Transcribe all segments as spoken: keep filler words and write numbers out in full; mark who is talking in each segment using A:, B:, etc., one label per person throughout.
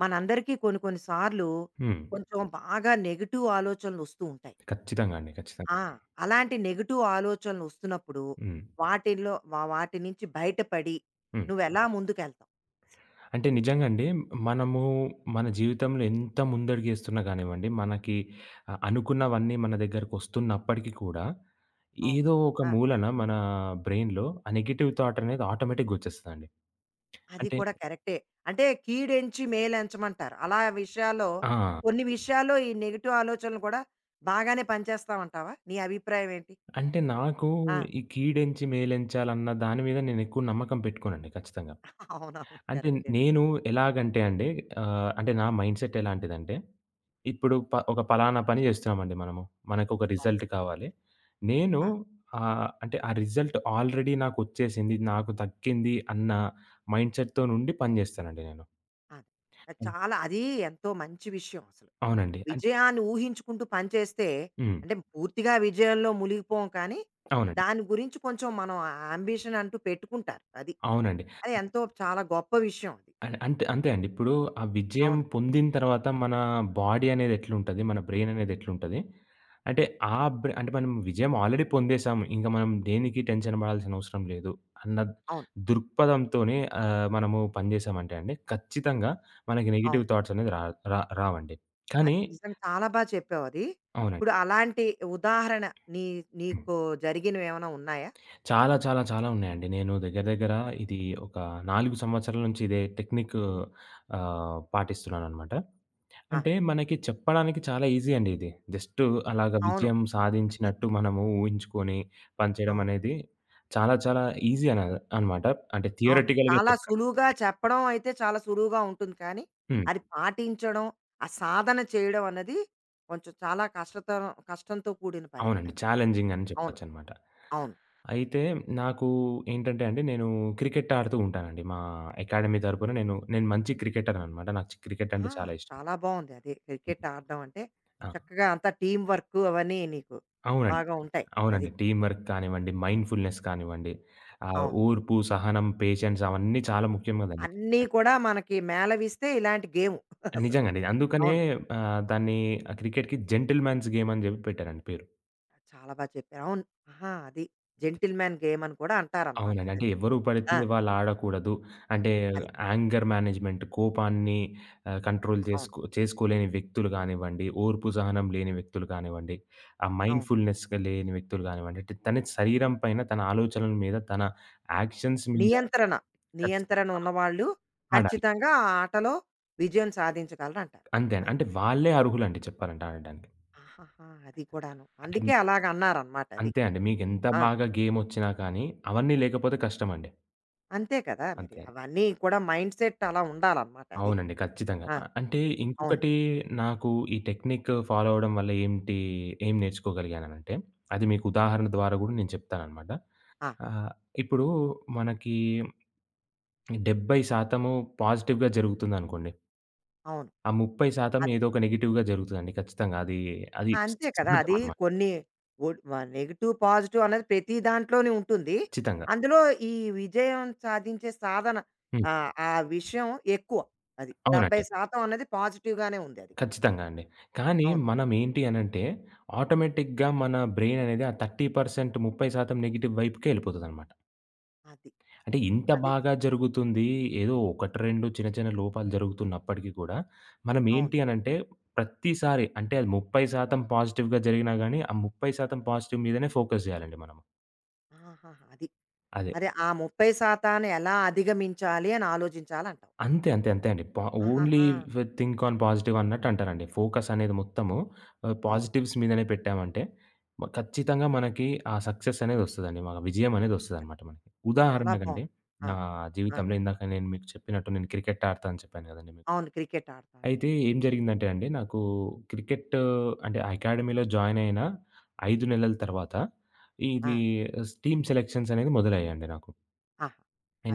A: మనందరికీ కొన్ని కొన్ని సార్లు
B: హ్మ్.
A: కొంచెం బాగా నెగెటివ్ ఆలోచనలు వస్తూ ఉంటాయి.
B: ఖచ్చితంగా అండి. ఖచ్చితంగా.
A: ఆ! అలాంటి నెగెటివ్ ఆలోచనలు వస్తున్నప్పుడు
B: హ్మ్.
A: వాటిల్లో వా వాటి నుంచి బయటపడి
B: హ్మ్.
A: నువ్వెలా ముందుకెళ్తావు?
B: అంటే నిజంగా అండి, మనము మన జీవితంలో ఎంత ముందడుగేస్తున్నా గానివ్వండి, మనకి అ అనుకున్నవన్నీ మన దగ్గరకొస్తున్నప్పటికి కూడా,
A: అవును.
B: ఏదో ఒక
A: ఆ!
B: మూలన మన బ్రెయిన్‌లో ఆ నెగెటివ్ థాట్ అనేది ఆటోమేటిక్‌గా వచ్చేస్తదండి.
A: అది
B: అంటే
A: కూడా కరెక్టే. అంటే కీడెంచి మేలెంచమంటారు. అలా విషయాల్లో
B: ఆ!
A: కొన్ని విషయాల్లో ఈ నెగెటివ్ ఆలోచనలు కూడా బాగానే పనిచేస్తావంటావా? నీ అభిప్రాయం ఏంటి?
B: అంటే నాకు
A: ఆ!
B: ఈ కీడెంచి మేలెంచాలన్న దాని మీద నేనెక్కువ నమ్మకం పెట్టుకోనండి ఖచ్చితంగా.
A: అవునవును.
B: అంటే
A: కరెక్టే.
B: నేను ఎలాగంటే అండి, ఆహ్, అంటే నా మైండ్‌సెట్ ఎలాంటిదంటే, ఇప్పుడు ప ఒక పలానా పని జేస్తున్నామండి మనము. మనకొక
A: అవును.
B: రిజల్ట్ కావాలి. నేను
A: ఆ!
B: ఆహ్, అంటే ఆ రిజల్ట్ ఆల్రెడీ నాకొచ్చేసింది, నాకు దక్కింది అన్న మైండ్‌సెట్‌తో నుండి పని జేస్తానండి నేను.
A: అదే. అది చాలా అది ఎంతో మంచి విషయం అసలు.
B: అవునండి. అంటే
A: విజయాన్ని ఊహించుకుంటూ పనిచేస్తే
B: హ్మ్.
A: అంటే పూర్తిగా విజయంలో మునిగిపోం కానీ
B: అవునండి.
A: దాని గురించి కొంచెం మనం అంబిషన్ అంటూ పెట్టుకుంటారు. అది.
B: అవునండి.
A: అది ఎంతో చాలా గొప్ప విషయం అది.
B: అన్ అంతే అంతే అండి. ఇప్పుడు ఆ విజయం
A: అవును.
B: పొందిన తర్వాత మన బాడీ అనేది ఎట్లుంటది? మన బ్రెయిన్ అనేది ఎట్లుంటది? అంటే ఆ బ్రె అంటే మనం విజయం ఆల్రెడీ పొందేసాము. ఇంక మనం దేనికి టెన్షన్ పడాల్సిన అవసరం లేదు అన్న
A: అవును.
B: దృక్పథంతోనే ఆహ్, మనము పని చేసామంటే అండి, ఖచ్చితంగా మనకి నెగెటివ్
A: అవును.
B: థాట్స్ అనేది రా రా రావండి. కానీ
A: అది నిజంగా చాలా బా చెప్పావది.
B: అవునండి.
A: ఇప్పుడు అలాంటి ఉదాహరణ నీ
B: హ్మ్.
A: నీకు జరిగినవేమైనా ఉన్నాయా?
B: చాలా చాలా చాలా ఉన్నాయండి. నేను దగ్గర దగ్గర ఇది ఒక నాలుగు సంవత్సరాల నుంచి ఇదే టెక్నిక్ ఆహ్, పాటిస్తున్నాననమాట.
A: ఆ!
B: అంటే మనకి చెప్పడానికి చాలా ఈజీ అండి ఇది. జస్టు అలాగ
A: అవును.
B: విజయం సాధించినట్టు మనము ఊహించుకొని పంచడం
A: అవును.
B: అనేది చాలా చాలా ఈజీ అన అనమాట. అంటే
A: అవును.
B: థియరటికల్‌గా
A: చాలా
B: చెప్పడం.
A: సులువుగా చెప్పడం అయితే చాలా సులువుగా ఉంటుంది కానీ,
B: హ్మ్.
A: అది పాటించడం, ఆ సాధన చేయడం అన్నది కొంచెం చాలా కష్టతరం కష్టంతో కూడిన పని.
B: అవునండి.
A: అది.
B: ఛాలెంజింగ్ అని
A: అవును.
B: చెప్పొచ్చనమాట.
A: అవును.
B: అయితే నాకు ఏంటంటే అండి, నేను క్రికెట్ ఆడుతూ ఉంటానండి. మా అకాడమీ తరపున నేను నేను మంచి క్రికెటర్‌ననమాట. నాకు క్రికెట్ అంటే
A: ఆ!
B: చాలా ఇష్టం.
A: చాలా బావుంది అది. క్రికెట్ ఆడడం అంటే,
B: ఆ!
A: చక్కగా అంతా టీమ్ వర్క్ అవన్నీ నీకు
B: అవునండి.
A: బాగా ఉంటాయి. అది.
B: అవునండి. టీమ్ వర్క్ కానివ్వండి, మైండ్‌ఫుల్‌నెస్ కానివ్వండి, ఆహ్,
A: అవును.
B: ఓర్పు, సహనం, పేషెన్స్ అవన్నీ చాలా ముఖ్యం కదండీ!
A: అన్నీ కూడా మనకి మేళవిస్తే ఇలాంటి గేము అసలు.
B: నిజంగండి. అందుకనే
A: అవును.
B: ఆహ్, దాన్ని ఆహ్, క్రికెట్‌కి జెంటిల్‌మ్యాన్స్ గేమ్ అని జెప్పి పెట్టారండి పేరు.
A: చాలా బా చెప్పారు. అవును. ఆహా! అది. జెంటిల్‌మ్యాన్ గేమ్ అని కూడా అంటారనమాట.
B: అవునండి. అంటే
A: అది.
B: ఎవరు పడితే
A: ఆ!
B: వాళ్ళు ఆడకూడదు. అంటే
A: అది.
B: యాంగర్ మేనేజ్‌మెంట్ కోపాన్ని ఆహ్, కంట్రోల్
A: అవును.
B: చేసుకో చేసుకోలేని వ్యక్తులు గానివ్వండి, ఓర్పు సహనం లేని వ్యక్తులు కానివ్వండి, ఆ
A: అవును.
B: మైండ్‌ఫుల్‌నెస్‌గా లేని వ్యక్తులు కానివ్వండి, అంటే తన శరీరం పైన, తన ఆలోచనల మీద, తన యాక్షన్స్ మీద
A: నియంత్రణ.
B: ఖచ్చి
A: నియంత్రణ ఉన్నవాళ్ళు
B: ఆడాలి.
A: ఖచ్చితంగా ఆ ఆటలో విజయం సాధించగలరంటారు.
B: అంతే అండి.
A: అది.
B: అంటే వాళ్ళే అర్హులండి చెప్పాలంటే ఆడడానికి.
A: ఆహాహా! అది కూడాను.
B: అంటే
A: అందుకే అలాగన్నారనమాట అది.
B: అంతే అండి. మీకెంత
A: ఆ!
B: బాగా గేమొచ్చినా కానీ అవన్నీ లేకపోతే కష్టమండి.
A: అంతే కదా! మరి.
B: అంతే అండి.
A: అవన్నీ కూడా మైండ్ సెట్ అలా ఉండాలనమాట అది.
B: అవునండి. ఖచ్చితంగా.
A: ఆ!
B: ఆహ్, అంటే
A: అవును.
B: ఇంకొకటి నాకు ఈ టెక్నిక్ ఫాలో అవ్వడం వల్ల ఏంటి ఏం నేర్చుకోగలిగాననంటే, అది మీకు ఉదాహరణ ద్వారా గూడా నేను చెప్తాననమాట.
A: ఆ!
B: ఆహ్, ఇప్పుడు మనకి డెబ్బై శాతం పాజిటివ్‌గా జరుగుతుందనుకోండి.
A: అవును.
B: ఆ ముప్పై శాతం
A: అదే.
B: ఏదో ఒక నెగెటివ్‌గా జరుగుతదండి ఖచ్చితంగా. అది అది స్
A: అంతే కదా! అది
B: సహజమనమాట.
A: కొన్ని ఒడ్ వ నెగెటివ్, పాజిటివ్ అనేది ప్రతి దాంట్లోనే ఉంటుంది.
B: ఖచ్చితంగా.
A: అందులో ఈ విజయం సాధించే సాధన
B: హ్మ్.
A: ఆహ్, ఆ విషయం ఎక్కువ. అది
B: అవునండి.
A: డెబ్భై శాతం అన్నది పాజిటివ్ గానే ఉంది అది.
B: ఖచ్చితంగా అండి. కానీ
A: అవును.
B: మనం ఏంటి అనంటే, ఆటోమేటిక్‌గా మన బ్రెయిన్ అనేది ఆ ముప్పై శాతం ముప్పై శాతం నెగెటివ్ వైపుకే ఎళ్ళిపోతదనమాట.
A: అది.
B: అంటే ఇంత
A: అది.
B: బాగా జరుగుతుంది. ఏదో ఒకటి, రెండు చిన్న చిన్న లోపాలు జరుగుతున్నప్పటికి కూడా,
A: అవును.
B: మనమేంటి అనంటే ప్రతిసారి, అంటే అది ముప్పై శాతం పాజిటివ్‌గా జరిగినా గాని, ఆ ముప్పై శాతం పాజిటివ్ మీదనే ఫోకస్ జేయాలండి మనము.
A: ఆహాహా! అది.
B: అదే.
A: అదే ఆ ముప్పై శాతం ఎలా అధిగమించాలి అని ఆలోచించాలంటావు.
B: అంతే. అంతే. అంతే అండి. పా ఓన్లీ
A: ఆహాహా!
B: వి థింక్ ఆన్ పాజిటివ్ అన్నట్టు అంటారండి. ఫోకస్ అనేది మొత్తము ఆహ్,
A: అవును.
B: పాజిటివ్స్ మీదనే పెట్టామంటే, మ ఖచ్చితంగా మనకి ఆ సక్సెస్ అనేదొస్తదండి. మన విజయం అనేదొస్తదనమాట మనకి.
A: చాలా
B: ఉదాహరణకండి,
A: బావుంది.
B: నా
A: అవును. ఆ!
B: జీవితంలో ఇందాక నేను మీకు చెప్పినట్టు నేను క్రికెట్ ఆడతా అని చెప్పాను గదండీ!
A: అవును. క్రికెట్ ఆడతా అని
B: అయితే
A: చెప్పావు.
B: ఏం జరిగిందంటే అండి, నాకు క్రికెట్ అంటే అకాడమీలో జాయిన్ అయిన ఐదు నెలల తర్వాత
A: ఆ!
B: ఇది స్ టీమ్ సెలక్షన్స్ అనేది మొదలయ్యాయండి నాకు.
A: ఆహా!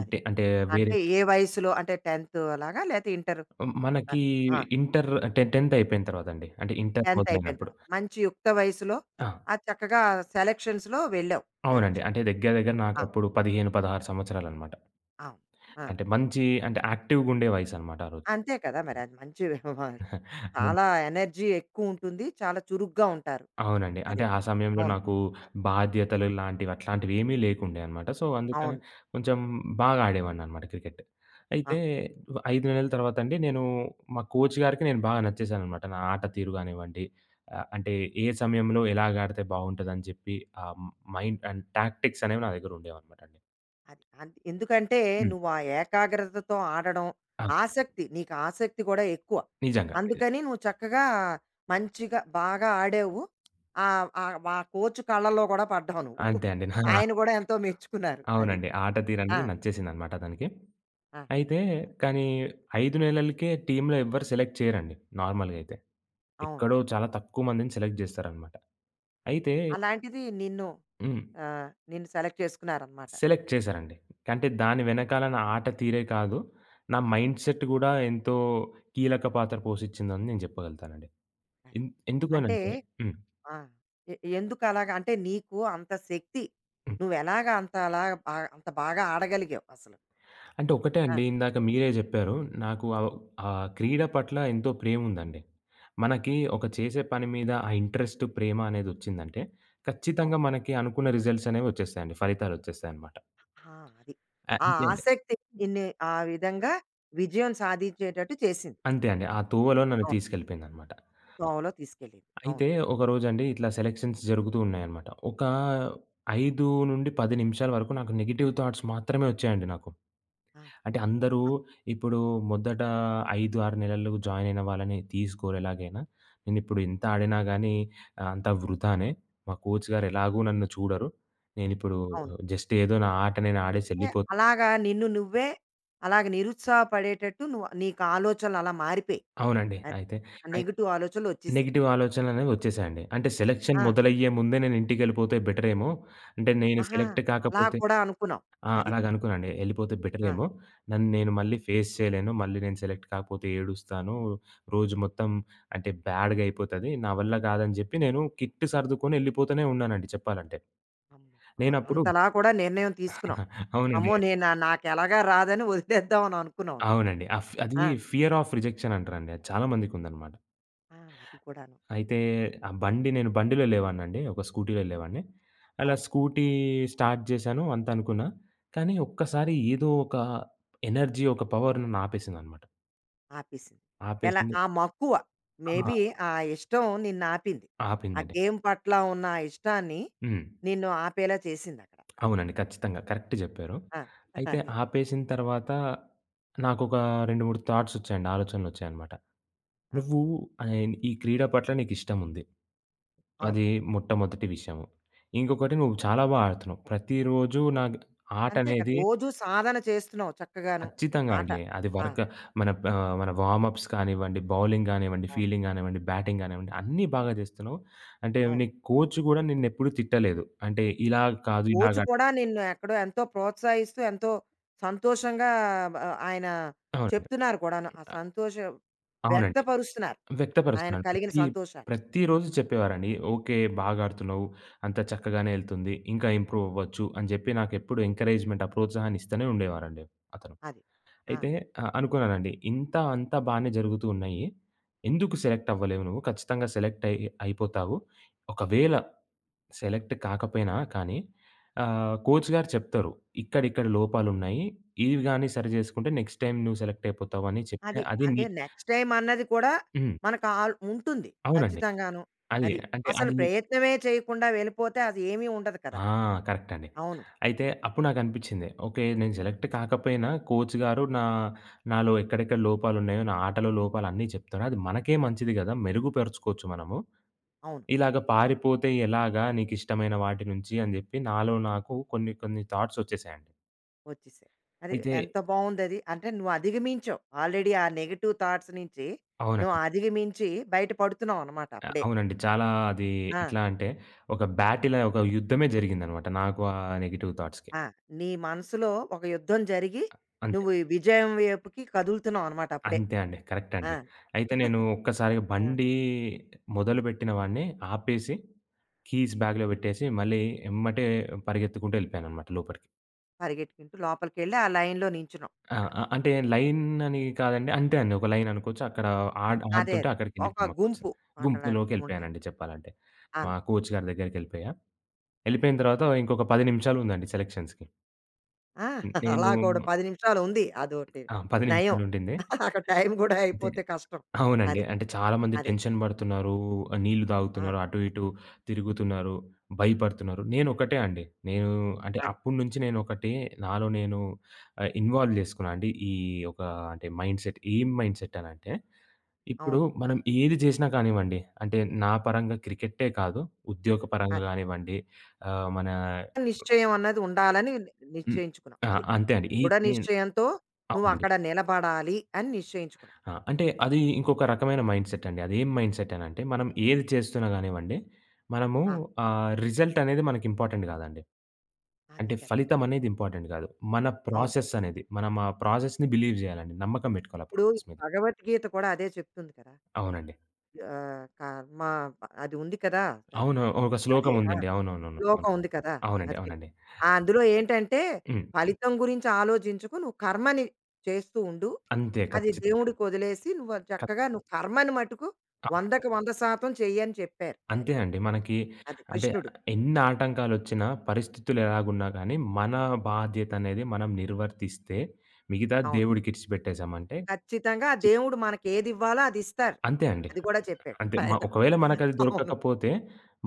A: అది.
B: అంటే వేరే
A: అంటే ఏ వయసులో అంటే టెన్త్ అలాగా? లేతే ఇంటర్
B: మనకి
A: అది. ఆ!
B: ఇంటర్ టె పదవ అయిపోయిన తర్వాత అండి. అంటే ఇంటర్
A: 10థ్ అయిపోయిన
B: మొదలైనప్పుడు.
A: తర్వాత. మంచి యుక్త వయసులో
B: ఆ!
A: ఆ చక్కగా సెలక్షన్స్‌లో వెళ్ళావు.
B: అవునండి.
A: సెలక్షన్.
B: అంటే దగ్గర దగ్గర
A: ఆ!
B: నాకప్పుడు పదిహేను, పదహారు సంవత్సరాలనమాట.
A: అవును. ఆ!
B: అంటే మంచి, అంటే యాక్టివ్‌గుండే వయసనమాట ఆ
A: అంతే కదా! మరి అది మంచి
B: రోజు.
A: చాలా ఎనర్జీ ఎక్కువుంటుంది. చాలా చురుగ్గా ఉంటారు.
B: అవునండి.
A: అది.
B: అంటే ఆ సమయంలో
A: అవును.
B: నాకు బాధ్యతలు లాంటివి అట్లాంటివేమీ లేకుండే అనమాట. సో, అందుకనే
A: అవును.
B: కొంచెం బాగా ఆడేవాడిననమాట క్రికెట్.
A: ఆ!
B: అయితే ఐదు నెలల తర్వాతండి నేను, మా కోచ్ గారికి నేను బాగా నచ్చేసాననమాట. నా ఆట తీరు గానివ్వండి, ఆహ్, అంటే ఏ సమయంలో ఎలాగాడితే బావుంటదని చెప్పి ఆ మైండ్ అండ్ టాక్టిక్స్ అనేవి నా దగ్గర ఉండేవనమాట అండి.
A: అది. అంత్ ఎందుకంటే
B: హ్మ్.
A: నువ్వు ఆ ఏకాగ్రతతో ఆడడం,
B: ఆ!
A: ఆసక్తి నీకు ఆసక్తి కూడా ఎక్కువ.
B: నిజంగా. నిజంగా.
A: అందుకని నువ్వు చక్కగా మంచిగా బాగా ఆడావు. ఆహ్, ఆహ్, ఆ కోచ్ కళ్ళలో కూడా పడ్డావు నువ్వు.
B: అంతే అండి. నా
A: ఆయన కూడా ఎంతో మెచ్చుకున్నారు. అది.
B: అవునండి. ఆట
A: ఆ!
B: తీరనేది నచ్చేసిందనమాట అతనికి.
A: ఆ!
B: అయితే,
A: ఆ!
B: కానీ ఐదు నెలలకే టీమ్‌లో ఎవ్వరు సెలెక్ట్ చేయరండి నార్మల్‌గా అయితే.
A: అవును.
B: ఎక్కడో చాలా తక్కువ మందిని సెలెక్ట్ జేస్తారనమాట.
A: ఆ!
B: అయితే
A: అలాంటిది నిన్ను
B: హ్మ్.
A: ఆహ్, నిన్ను సెలెక్ట్ చేసుకున్నారనమాట.
B: సెలెక్ట్ చేశారండి. అంటే దాని వెనకాల నా ఆట తీరే కాదు, నా మైండ్‌సెట్ గూడా ఎంతో కీలక పాత్ర పోషిచ్చిందని నేను జెప్పగలుగుతానండి.
A: అది.
B: ఎన్ ఎందుకు
A: అంటే
B: అనంటే హ్మ్. హ్మ్.
A: ఆ! ఎ ఎందుకలాగా? అంటే నీకు అంత శక్తి. నువ్వెలాగా అంత అలాగా బా అంత బాగా ఆడగలిగావు అసలు?
B: అంటే ఒకటే
A: ఆ!
B: అండి. ఇందాక మీరే జెప్పారు. నాకు ఆహ్, ఆహ్, క్రీడ పట్ల ఎంతో ప్రేముందండి. మనకి ఒక చేసే పని మీద ఆ ఇంట్రెస్ట్, ప్రేమ అనేదొచ్చిందంటే, ఖచ్చితంగా
A: అవును.
B: మనకి అనుకున్న రిజల్ట్స్ అనేవొచ్చేస్తాయండి. ఫలితాలొచ్చేస్తాయనమాట.
A: ఆ! అది.
B: ఆహ్,
A: ఆ
B: అంతే అండి.
A: ఆసక్తి ఇన్ని ఆ విధంగా విజయం సాధించేటట్టు చేసింది.
B: అంతే అండి. ఆ తోవలో నన్ను
A: అవును.
B: తీసుకెళ్ళిపోయిందనమాట.
A: తోవలో తీసుకెళ్ళింది.
B: అయితే
A: అవును.
B: ఒకరోజండి ఇట్లా సెలక్షన్స్ జరుగుతూ ఉన్నాయనమాట. ఒక ఐదు నుంచి పది నిమిషాల వరకు నాకు నెగెటివ్ థాట్స్ మాత్రమే ఒచ్చాయండి నాకు.
A: ఆ!
B: అంటే అందరూ
A: ఆ,
B: ఇప్పుడు మొదట ఐదు, ఆరు నెలలు జాయిన్ అయిన వాళ్ళని తీసుకోరు ఎలాగైనా. నేనిప్పుడు ఎంత ఆడినా గానీ ఆహ్, అంతా వృథానే. మా కోచ్ గారు ఎలాగూ నన్ను చూడరు. నేనిప్పుడు
A: అవును.
B: జస్ట్ ఏదో నా ఆట నేను ఆడేసి
A: అంటే
B: ఎళ్ళిపోతా.
A: అలాగా నిన్ను నువ్వే అలాగ నిరుత్సాహపడేటట్టు నువ్వు నీకు ఆలోచనలు అలా మారిపోయాయి.
B: అవునండి.
A: అది.
B: అయితే
A: ఆ
B: అయి
A: నెగెటివ్ ఆలోచనలొచ్చేసాయి.
B: నెగెటివ్ ఆలోచనలనేవి వచ్చేసాయండి. అంటే సెలక్షన్
A: ఆ!
B: మొదలయ్యే ముందే నేను ఇంటికెళ్ళిపోతే బెటరేమో. అంటే నేను
A: ఆహా!
B: సెలెక్ట్
A: అలా
B: కాకపోతే
A: కూడా అనుకున్నావు.
B: ఆ!
A: అది.
B: అలాగనుకున్నానండి. ఎళ్ళిపోతే
A: ఆ!
B: బెటరేమో. నన్ను నేను మళ్ళీ ఫేస్ చేయలేను. మళ్ళీ నేను సెలెక్ట్ కాకపోతే ఏడుస్తాను. రోజు మొత్తం అంటే బ్యాడ్‌గా అయిపోతది. నా వల్ల కాదని చెప్పి నేను కిట్ సర్దుకొని ఎళ్ళిపోతూనే ఉన్నానండి చెప్పాలంటే.
A: అమ్మో! ఆ!
B: నేనప్పుడు
A: అంతలా కూడా నిర్ణయం తీసుకున్నావు.
B: అవునండి.
A: అమ్మో! నేను నాకెలాగా రాదని వదిలేద్దాం అని అనుకున్నావు నువ్వు.
B: అవునండి. అఫ్
A: ఆ!
B: అది ఫియర్ ఆఫ్ రిజెక్షన్ అంటారండి. అది చాలా మందికుందనమాట.
A: ఆ! అది కూడాను.
B: అయితే ఆ బండి నేను బండిలో వెళ్ళేవాడినండి. ఒక స్కూటీలో వెళ్ళేవాడిని. అలా
A: అవును.
B: స్కూటీ స్టార్ట్ చేశాను అంతా అనుకున్నా. కానీ ఒక్కసారి ఏదో ఒక ఎనర్జీ, ఒక పవర్ నన్ను ఆపేసిందనమాట.
A: ఆపేసింది. ఎలా
B: ఆపేసింది
A: ఆ మక్కువ మేబీ
B: ఆ!
A: ఆ ఇష్టం నిన్ను ఆపింది. ఆ
B: ఆపిందండి.
A: గేమ్ పట్ల ఉన్న ఆ ఇష్టాన్ని
B: హ్మ్.
A: నిన్ను ఆపేలా చేసిందక్కడ.
B: అవునండి. ఖచ్చితంగా. కరెక్ట్ జెప్పారు.
A: ఆ!
B: అయితే
A: అదే.
B: ఆపేసిన తర్వాత నాకొక రెండు, మూడు థాట్స్ వచ్చాయండి. ఆలోచనలొచ్చాయనమాట.
A: ఆ!
B: నువ్వు ఆహ్, ఈ క్రీడ పట్ల నీకిష్టముంది.
A: అవును.
B: అది మొట్టమొదటి విషయము. ఇంకొకటి, నువ్వు చాలా బా ఆడుతున్నావు. ప్రతిరోజు నాగ్
A: అంతే కదా!
B: ఆటనేది
A: రోజూ సాధన చేస్తున్నావు చక్కగాను.
B: ఖచ్చితంగా
A: ఆట.
B: అండి. అది
A: ఆ!
B: వర్క్ మన ప మన వార్మప్స్ కానివ్వండి, బౌలింగ్ గానివ్వండి,
A: అవును.
B: ఫీల్డింగ్ గానివ్వండి, బ్యాటింగ్ గానివ్వండి అన్నీ బాగా జేస్తున్నావు. అంటే నీ
A: అవును.
B: కోచ్ గూడా నిన్నెప్పుడు తిట్టలేదు. అంటే ఇలా కాదు ఇలాగ
A: కోచ్ కూడా నిన్ను ఎక్కడో ఎంతో ప్రోత్సహిస్తూ, ఎంతో సంతోషంగా బ ఆయన
B: అవునండి.
A: చెప్తున్నారు కూడాను. ఆ
B: అ
A: సంతోషం
B: అవునండి.
A: వ్యక్తపరుస్తున్నారు. ఆయన
B: వ్యక్తపరుస్తున్నాను.
A: కలిగిన
B: ప్రతి
A: సంతోషాన్ని.
B: ప్రతిరోజు చెప్పేవారండి. "ఓకే. బాగా ఆడుతున్నావు. అంతా చక్కగానే ఎళ్తుంది. ఇంకా ఇంప్రూవ్ అవ్వచ్చు" అని చెప్పి నాకెప్పుడు ఎంకరేజ్‌మెంట్, ఆ ప్రోత్సాహాన్ని ఇస్తూనే ఉండేవారండి అతను.
A: అది. ఆ!
B: అయితే ఆహ్, అనుకున్నానండి. ఇంత అంతా బానే జరుగుతూ ఉన్నాయి. ఎందుకు సెలెక్ట్ అవ్వలేవు నువ్వు? ఖచ్చితంగా సెలెక్ట్ అయి అయిపోతావు. ఒకవేళ సెలెక్ట్ కాకపోయినా కానీ ఆహ్, కోచ్ గారు చెప్తారు. ఇక్కడ ఇక్కడ లోపాలున్నాయి. ఇవి గాని సరి చేసుకుంటే నెక్స్ట్ టైమ్ నువ్వు సెలెక్ట్ అయిపోతావు అని చెప్తే
A: అది.
B: అది నీ
A: అంటే నెక్స్ట్ టైమ్ అన్నది కూడా
B: హ్మ్.
A: మనకు ఆల్ ఉంటుంది
B: అవునండి.
A: ఖచ్చితంగాను.
B: అది.
A: అది.
B: అంటే
A: అసలు
B: అది
A: ప్రయత్నమే చేయకుండా వెళ్ళిపోతే అది ఏమీ ఉండదు కదా!
B: ఆ! కరెక్ట్ అండి.
A: అవును.
B: అయితే అప్పుడు నాకనిపిచ్చింది. ఓకే. నేను సెలెక్ట్ కాకపోయినా కోచ్ గారు నా నాలో ఎక్కడెక్కడ లోపాలున్నాయో, నా ఆటలో లోపాలన్నీ చెప్తారు. అది మనకే మంచిది గదా! మెరుగుపరుచుకోవచ్చు మనము.
A: అవును.
B: ఇలాగ పారిపోతే ఎలాగా నీకిష్టమైన వాటి నుంచి అని జెప్పి నాలో నాకు కొన్ని కొన్ని థాట్స్ ఒచ్చేసాయండి.
A: వచ్చేసాయి. అది
B: అయితే
A: ఎంత బావుందది. అంటే నువ్వు అధిగమించావు. ఆల్రెడీ ఆ నెగెటివ్ థాట్స్ నుంచి నువ్వు
B: అవునండి.
A: అధిగమించి బయట పడుతున్నావు అన్నమాట
B: ఆహ్,
A: అప్పుడే.
B: అవునండి. చాలా అది
A: ఆ!
B: ఎట్లా అంటే ఒక బ్యాటిల్, ఒక యుద్ధమే జరిగిందనమాట నాకు ఆ నెగెటివ్ థాట్స్‌కి.
A: ఆ! నీ మనసులో ఒక యుద్ధం జరిగి
B: అంతే.
A: నువ్వు ఈ విజయం వైపుకి కదులుతున్నావు అన్నమాట అప్పుడే.
B: అంతే అండి. కరెక్ట్
A: ఆ!
B: అండి. అయితే నేను ఒక్కసారిగా
A: ఆ!
B: బండి మొదలుపెట్టిన వాడిని ఆపేసి, కీస్ బ్యాగ్‌లో పెట్టేసి, మళ్ళీ ఎమ్మటే పరిగెత్తుకుంటూ ఎళ్ళిపోయాననమాట లోపలికి.
A: పరిగెట్టుకుంటూ లోపలికెళ్ళి ఆ లైన్‌లో నించున్నావు
B: ఆ!
A: అక్కడ.
B: ఆ! అంటే లైన్ అని కాదండి. అంతే అండి. ఒక లైన్ అనుకోవచ్చు. అక్కడ ఆడ్
A: అదే. అదే.
B: ఆడుతుంటే
A: ఒక
B: అక్కడికెళ్ళిపోయాం మా కోచ్
A: గుంపు అక్కడని ఉంటారు.
B: గుంపులోకెళ్ళిపోయానండి చెప్పాలంటే. మా
A: అవును.
B: కోచ్
A: ఆ!
B: గారి దగ్గరికెళ్ళిపోయా. ఎళ్ళిపోయిన తర్వాత ఇంకొక పది నిమిషాలుందండి సెలక్షన్స్‌కి.
A: ఆ! అలా
B: నేను
A: కూడా పది నిమిషాలు ఉంది. అదోటి
B: ఆ! పది
A: నయం.
B: నిమిషాలుండింది.
A: అక్కడ టైం కూడా అయిపోతే కష్టం.
B: అవునండి.
A: అది.
B: అంటే చాలామంది
A: అది.
B: టెన్షన్ పడుతున్నారు. ఆహ్, నీళ్లు
A: ఆ!
B: తాగుతున్నారు. అటు ఇటు తిరుగుతున్నారు. భయపడుతున్నారు. నేనొకటే అండి. నేను అంటే
A: అదే.
B: అప్పటినుంచి నేనొకటి నాలో నేను ఆహ్, ఇన్వాల్వ్ చేసుకున్నా అండి. ఈ ఒక అంటే మైండ్‌సెట్. ఏం మైండ్‌సెట్ అనంటే, ఇప్పుడు
A: అవును.
B: మనం ఏది చేసినా కానివ్వండి, అంటే నా పరంగా క్రికెట్టే కాదు, ఉద్యోగ పరంగా
A: అదే.
B: కానివ్వండి, ఆహ్, మన
A: నిశ్చయం అన్నది ఉండాలని ని-
B: హ్మ్.
A: నిశ్చయించుకున్నాం.
B: ఆ!
A: అది.
B: అంతే అండి. ఈ
A: దృఢ
B: నేను
A: నిశ్చయంతో
B: అవునండి.
A: నువ్వక్కడ నిలబడాలి అని నిశ్చయించుకున్నావు.
B: ఆ! అంటే అది ఇంకొక రకమైన మైండ్‌సెట్ అండి. అదేం మైండ్‌సెట్ అనంటే, మనం ఏది చేస్తున్నా గానివ్వండి, మనము
A: ఆ!
B: ఆహ్, రిజల్ట్ అనేది మనకి ఇంపార్టెంట్ గాదండి.
A: అది
B: అంటే
A: కరెక్ట్.
B: ఫలితం అనేది ఇంపార్టెంట్ గాదు. మన
A: అవును.
B: ప్రాసెస్ అనేది, మనం ఆ ప్రాసెస్‌ని బిలీవ్ జేయాలండి. నమ్మకం బెట్టుకోవాలి ఆ
A: ఇప్పుడు ఈ
B: ప్రాసెస్ మీద.
A: భగవద్గీత కూడా అదే చెప్తుంది కదా!
B: అవునండి.
A: ఆహ్, కర్మ అది ఉంది కదా!
B: అవును. ఒక
A: అది.
B: శ్లోకం
A: ఆ!
B: ఉందండి. అవునవునవును. అవును.
A: లోకం ఉంది కదా!
B: అవునండి.
A: అది.
B: అవునండి.
A: ఆ! అందులో ఏంటంటే,
B: హ్మ్.
A: ఫలితం గురించి ఆలోచించకు. నువ్వు కర్మని చేస్తూ ఉండు.
B: అంతే.
A: అది
B: ఖచ్చితంగా.
A: దేవుడికి వదిలేసి నువ్వు అది
B: ఖ
A: చక్కగా నువ్వు కర్మని మటుకు
B: అవునండి.
A: నూటికి వంద శాతం చెయ్యి అని చెప్పారు ఆయన.
B: అంతే అండి. మనకి
A: అది
B: అంటే
A: కృష్ణుడు.
B: ఎన్ని ఆటంకాలొచ్చినా, పరిస్థితులు ఎలాగున్నా గానీ, మన బాధ్యతనేది మనం నిర్వర్తిస్తే, మిగతా
A: అవును.
B: దేవుడికిడిచి పెట్టేసామంటే
A: ఖచ్చితంగా ఆ
B: చి
A: దేవుడు మనకి ఏదివ్వాలో అది ఇస్తారు.
B: అంతే అండి.
A: అది కూడా చెప్పాడు
B: అంతే. మ
A: ఆయన.
B: ఒకవేళ మనకది
A: అవును.
B: దొరకకపోతే,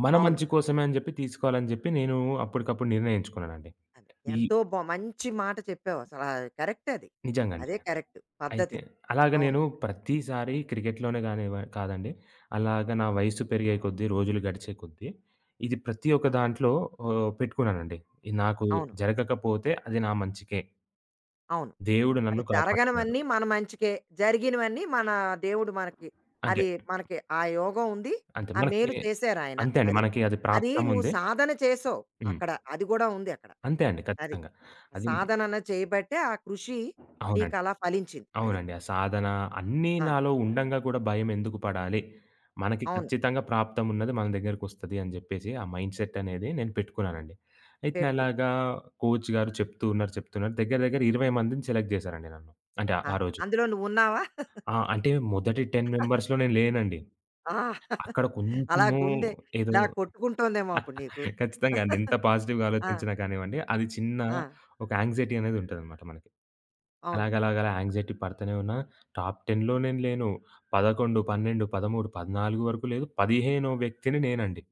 B: మన
A: అవును.
B: మంచి కోసమే అని జెప్పి తీసుకోవాలని జెప్పి నేను అప్పటికప్పుడు నిర్ణయించుకున్నానండి.
A: అదే.
B: ఈ
A: ఎంతో బా మంచి మాట చెప్పావు అసలా. కరెక్ట్ అది.
B: నిజంగా అండి.
A: అదే కరెక్ట్
B: అయితే
A: పద్ధతి.
B: అలాగ
A: అవును.
B: నేను ప్రతిసారి క్రికెట్‌లోనే గానివ కాదండి. అలాగ నా వయస్సు పెరిగే కొద్దీ, రోజులు గడిచే కొద్దీ, ఇది ప్రతి ఒక్క దాంట్లో ఆహ్, పెట్టుకున్నానండి. ఇది నాకు
A: అవును.
B: జరగకపోతే అది నా మంచికే.
A: అవును.
B: దేవుడు
A: అది
B: నన్ను కాపాడుతున్నాడు.
A: జరగనివన్నీ మన మంచికే. జరిగినవన్నీ మన దేవుడు మనకి
B: అంతే.
A: అది మనకి ఆ యోగం ఉంది.
B: అంతే.
A: ఆ
B: మనకి
A: మేలు చేశారాయన.
B: అంతే అండి.
A: అది.
B: మనకి అది
A: అది నువ్వు
B: ప్రాప్తముంది.
A: సాధన చేసావు.
B: హ్మ్.
A: అక్కడ అది గూడా ఉంది అక్కడ.
B: అంతే అండి.
A: అది.
B: ఖచ్చితంగా. అది
A: సాధన అన్నది చేయబట్టే ఆ కృషి
B: అవునండి.
A: నీకలా ఫలించింది. అది.
B: అవునండి. ఆ సాధన అన్నీ
A: ఆ!
B: నాలో ఉండంగా కూడా భయమెందుకు పడాలి? మనకి
A: అవును.
B: ఖచ్చితంగా ప్రాప్తమున్నది మన దగ్గరకొస్తది అని జెప్పేసి ఆ మైండ్‌సెట్ అనేది నేను పెట్టుకున్నానండి. అయితే
A: పెట్టుకున్నావు.
B: అలాగా కోచ్ గారు చెప్తూ ఉన్నారు, చెప్తున్నారు. దగ్గర దగ్గర ఇరవై మందిని సెలెక్ట్ జేశారండి నన్ను. అంటే ఆ
A: ఆ!
B: ఆ రోజు.
A: అందులో నువ్వున్నావా?
B: ఆ! అంటే మొదటి పది మెంబర్స్‌లో నేను లేనండి.
A: ఆ!
B: అక్కడ
A: అలా
B: కొంచెము
A: గుండె
B: ఏదో
A: ఇలా కొట్టుకుంటోందేమో అప్పుడు నీకు.
B: ఖచ్చితంగా అండి. ఎంత పాజిటివ్‌గా
A: ఆ!
B: ఆలోచించినా కానివ్వండి, అది చిన్న
A: ఆ!
B: ఒక యాంక్సైటీ అనేది ఉంటదనమాట మనకి.
A: అవును.
B: అలాగలాగలా యాంగ్జైటీ పడతనే ఉన్నా, టాప్ పదిలో నేను లేను. పదకొండు, పన్నెండు, పదమూడు, పద్నాలుగు వరకు లేదు. పదిహేనవ వ్యక్తిని నేనండి.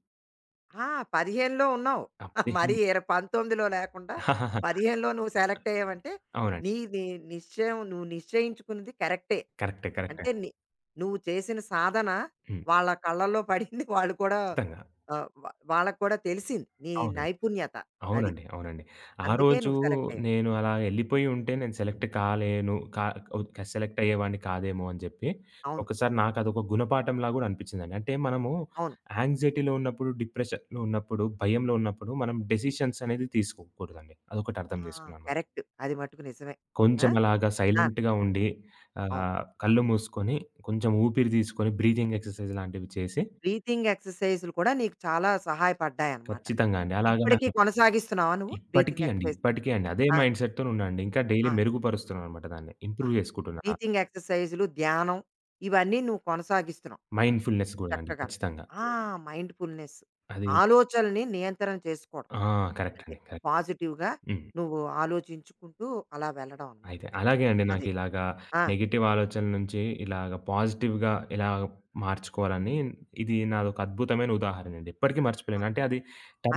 A: ఆ! పదిహేనులో ఉన్నావు.
B: ఆ
A: మరి
B: పదిహేను
A: ఇర 19లో లేకుండా పదిహేనులో నువ్వు సెలెక్ట్ అయ్యావంటే,
B: అవునండి.
A: నీది నిశ్చయం నువ్వు నిశ్చయించుకున్నది కరెక్టే.
B: కరెక్టే. కరెక్టే.
A: అంటే నీ నువ్వు చేసిన సాధన
B: హ్మ్.
A: వాళ్ళ కళ్ళల్లో పడింది. వాళ్ళు కూడా
B: ఖచ్చితంగా.
A: ఆహ్, వా వాళ్ళకి కూడా తెలిసింది నీ
B: అవునండి.
A: నైపుణ్యత అది.
B: అవునండి. అవునండి. ఆ
A: అందుకే
B: రోజు
A: నువ్వు సెలెక్ట్ అయ్యావు.
B: నేను అలా ఎళ్ళిపోయి ఉంటే నేను సెలెక్ట్ కాలేను. కా ఒద్ సెలెక్ట్ అయ్యేవాడిని కాదేమో అని జెప్పి,
A: అవును.
B: ఒకసారి నాకు అదొక గుణపాఠంలా గూడా అనిపించిందండి. అంటే మనము
A: అవును.
B: యాంగ్జైటీలో ఉన్నప్పుడు, డిప్రెషన్‌లో ఉన్నప్పుడు, భయంలో ఉన్నప్పుడు మనం డెసిషన్స్ అనేది తీసుకోకూడదండి. అదొకటి
A: ఆ!
B: అర్థం చేసుకున్నాననమాట.
A: కరెక్ట్. అది మట్టుకు నిజమే. ఆ!
B: కొంచెం అలాగా
A: ఆ!
B: సైలెంట్‌గా ఉండి
A: అవును.
B: ఆహ్, కళ్ళు మూసుకొని, కొంచెం ఊపిరి తీసుకొని బ్రీతింగ్ ఎక్సర్‌సైజ్ లాంటివి చేసి
A: బ్రీతింగ్ ఎక్సర్‌సైజ్‌లు కూడా నీకు చాలా సహాయపడ్డాయన్నమాట.
B: ఖచ్చితంగా అండి. అలాగా
A: ఇప్పటికి
B: నాకు
A: కొనసాగిస్తున్నావా నువ్వు
B: ఇప్పటికి
A: బ్రీతింగ్
B: అండి,
A: ఎక్సర్‌సైజ్?
B: ఇప్పటికి అండి. అదే
A: ఆ!
B: మైండ్‌సెట్‌తోనే ఉన్నా అండి. ఇంకా డైలీ
A: ఆ!
B: మెరుగుపరుస్తున్నాననమాట దాన్ని. ఇంప్రూవ్
A: ఆహా!
B: చేసుకుంటున్నా.
A: బ్రీతింగ్ ఎక్సర్‌సైజులు, ధ్యానం ఇవన్నీ నువ్వు కొనసాగిస్తున్నావు
B: మైండ్‌ఫుల్‌నెస్ కూడా అండి
A: చక్కగాను.
B: ఖచ్చితంగా.
A: ఆ! మైండ్‌ఫుల్‌నెస్
B: అది
A: ఆలోచనల్ని నియంత్రణ చేసుకోవడం.
B: ఆ! కరెక్ట్
A: అంటే
B: అండి. కరెక్ట్.
A: పాజిటివ్‌గా
B: హ్మ్.
A: నువ్వు ఆలోచించుకుంటూ అలా వెళ్ళడం అనమాట.
B: అయితే అలాగే అండి
A: అది.
B: నాకిలాగా
A: ఆ!
B: నెగెటివ్ ఆలోచనల నుంచి ఇలాగ పాజిటివ్‌గా ఎలా మార్చుకోవాలని, ఇది నాదొక అద్భుతమైన ఉదాహరణ అండి. ఇప్పటికి
A: ఆ!
B: మర్చిపోలేను. అంటే అది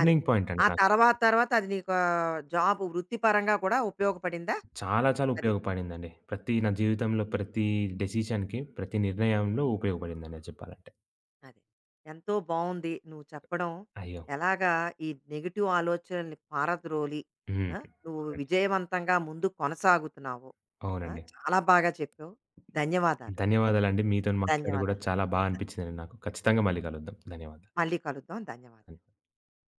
A: అది.
B: పాయింట్ అండి
A: ఆ
B: నాకు.
A: తర్వాత తర్వాత అది నీకు ఆహ్, జాబ్ వృత్తిపరంగా కూడా ఉపయోగపడిందా?
B: చాలా చాలా
A: అది.
B: ఉపయోగపడిందండి. ప్రతి నా జీవితంలో ప్రతి డెసిషన్‌కి, ప్రతి నిర్ణయంలో ఉపయోగపడిందండి అది చెప్పాలంటే.
A: అదే. ఎంతో బావుంది నువ్వు చెప్పడం.
B: అయ్యో!
A: ఎలాగా ఈ నెగెటివ్ ఆలోచనల్ని పారద్రోలి
B: హ్మ్.
A: ఆ! నువ్వు
B: అవునండి.
A: విజయవంతంగా ముందుకు కొనసాగుతున్నావో. ఆ!
B: అవునండి.
A: చాలా బాగా చెప్పావు. ధన్యవాదాలు.
B: ధన్యవాదాలండి. మీతోని మాట్లాడి గూడా
A: ధన్యవాదాలు.
B: చాలా బా అనిపించిందండి నాకు. ఖచ్చితంగా మళ్ళీ కలుద్దాం. ధన్యవాదాలు.
A: మళ్ళీ కలుద్దాం. ధన్యవాదాలు.